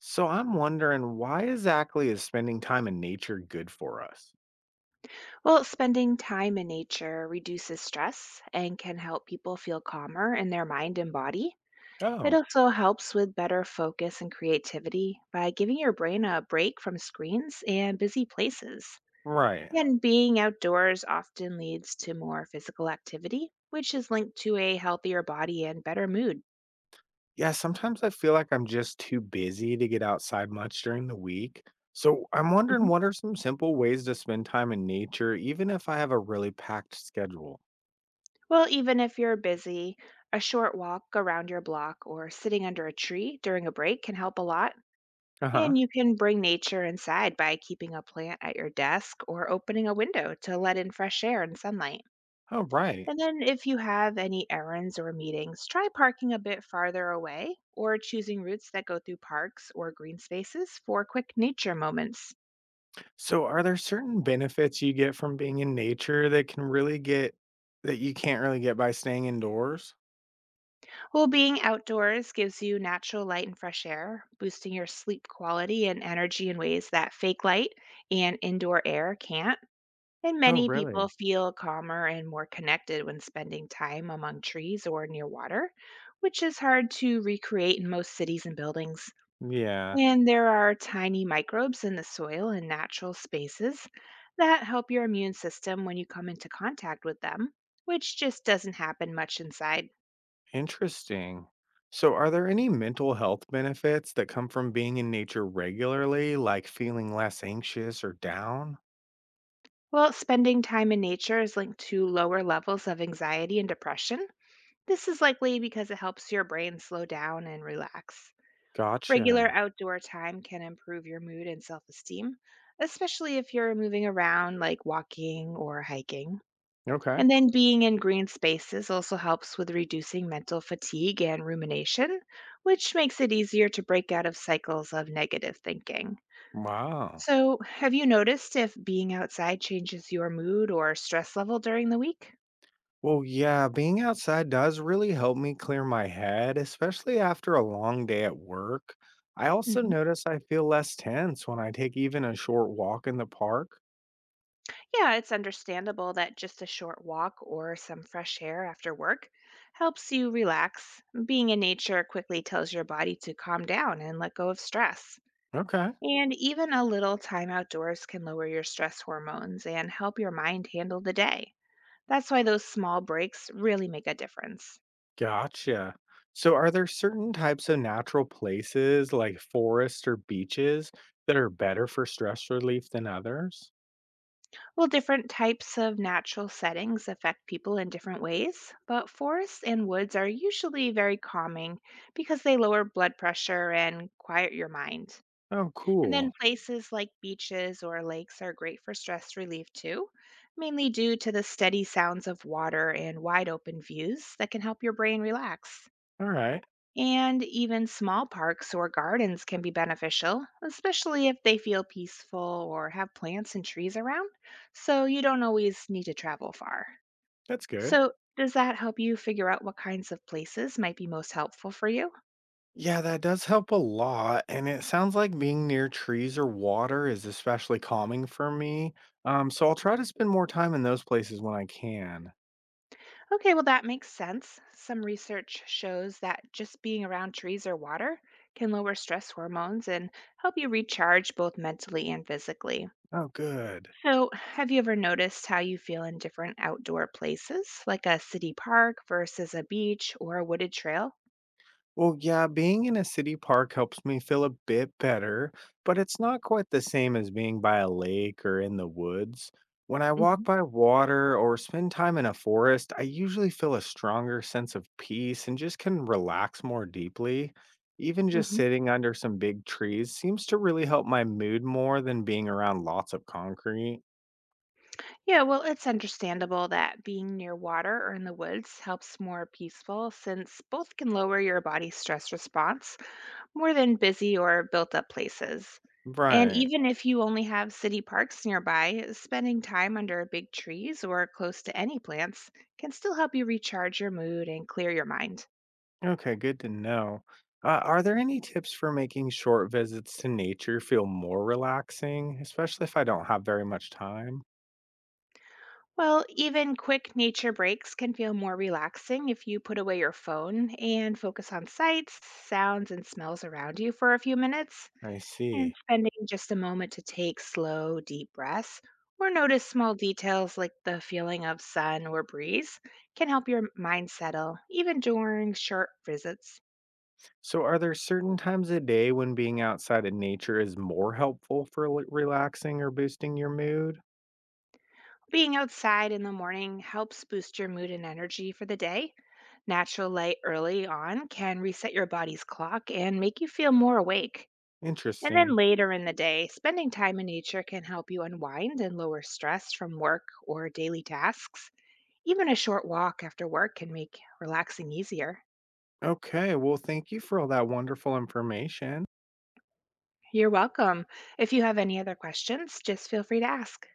So I'm wondering, why exactly is spending time in nature good for us? Well, spending time in nature reduces stress and can help people feel calmer in their mind and body. It Oh. also helps with better focus and creativity by giving your brain a break from screens and busy places. Right. And being outdoors often leads to more physical activity, which is linked to a healthier body and better mood. Yeah, sometimes I feel like I'm just too busy to get outside much during the week. So I'm wondering, Mhm. what are some simple ways to spend time in nature, even if I have a really packed schedule? Well, even if you're busy, a short walk around your block or sitting under a tree during a break can help a lot. Uh huh. And you can bring nature inside by keeping a plant at your desk or opening a window to let in fresh air and sunlight. Oh, right. And then, if you have any errands or meetings, try parking a bit farther away or choosing routes that go through parks or green spaces for quick nature moments. So are there certain benefits you get from being in nature that can really get that you can't really get by staying indoors? Well, being outdoors gives you natural light and fresh air, boosting your sleep quality and energy in ways that fake light and indoor air can't. And Oh, many people really? feel calmer and more connected when spending time among trees or near water, which is hard to recreate in most cities and buildings. Yeah. And there are tiny microbes in the soil and natural spaces that help your immune system when you come into contact with them, which just doesn't happen much inside. Interesting. So, are there any mental health benefits that come from being in nature regularly, like feeling less anxious or down? Well, spending time in nature is linked to lower levels of anxiety and depression. This is likely because it helps your brain slow down and relax. Regular Gotcha. outdoor time can improve your mood and self esteem, especially if you're moving around like walking or hiking. Okay. And then being in green spaces also helps with reducing mental fatigue and rumination, which makes it easier to break out of cycles of negative thinking. Wow. So, have you noticed if being outside changes your mood or stress level during the week? Well, yeah, being outside does really help me clear my head, especially after a long day at work. I also notice I feel less tense when I take even a short walk in the park. Yeah, it's understandable that just a short walk or some fresh air after work helps you relax. Being in nature quickly tells your body to calm down and let go of stress. Okay. And even a little time outdoors can lower your stress hormones and help your mind handle the day. That's why those small breaks really make a difference. Gotcha. So, are there certain types of natural places like forests or beaches that are better for stress relief than others? Well, different types of natural settings affect people in different ways, but forests and woods are usually very calming because they lower blood pressure and quiet your mind. Oh, And then cool. places like beaches or lakes are great for stress relief too, mainly due to the steady sounds of water and wide open views that can help your brain relax. All right. And even small parks or gardens can be beneficial, especially if they feel peaceful or have plants and trees around, so you don't always need to travel far. That's good. So, does that help you figure out what kinds of places might be most helpful for you? Yeah, that does help a lot, and it sounds like being near trees or water is especially calming for me. So, I'll try to spend more time in those places when I can. Okay, well, that makes sense. Some research shows that just being around trees or water can lower stress hormones and help you recharge both mentally and physically. Oh, good. So, have you ever noticed how you feel in different outdoor places, like a city park versus a beach or a wooded trail? Well, yeah, being in a city park helps me feel a bit better, but it's not quite the same as being by a lake or in the woods. When I walk Hmm. by water or spend time in a forest, I usually feel a stronger sense of peace and just can relax more deeply. Even just Hmm. sitting under some big trees seems to really help my mood more than being around lots of concrete. Yeah, well, it's understandable that being near water or in the woods helps more peaceful since both can lower your body's stress response, more than busy or built up places. And Right. even if you only have city parks nearby, spending time under big trees or close to any plants can still help you recharge your mood and clear your mind. Okay, good to know. Are there any tips for making short visits to nature feel more relaxing, especially if I don't have very much time? Well, even quick nature breaks can feel more relaxing if you put away your phone and focus on sights, sounds, and smells around you for a few minutes. I see. And spending just a moment to take slow, deep breaths or notice small details like the feeling of sun or breeze can help your mind settle, even during short visits. So, are there certain times of day when being outside in nature is more helpful for relaxing or boosting your mood? Being outside in the morning helps boost your mood and energy for the day. Natural light early on can reset your body's clock and make you feel more awake. And then Interesting. later in the day, spending time in nature can help you unwind and lower stress from work or daily tasks. Even a short walk after work can make relaxing easier. Okay, well, thank you for all that wonderful information. You're welcome. If you have any other questions, just feel free to ask.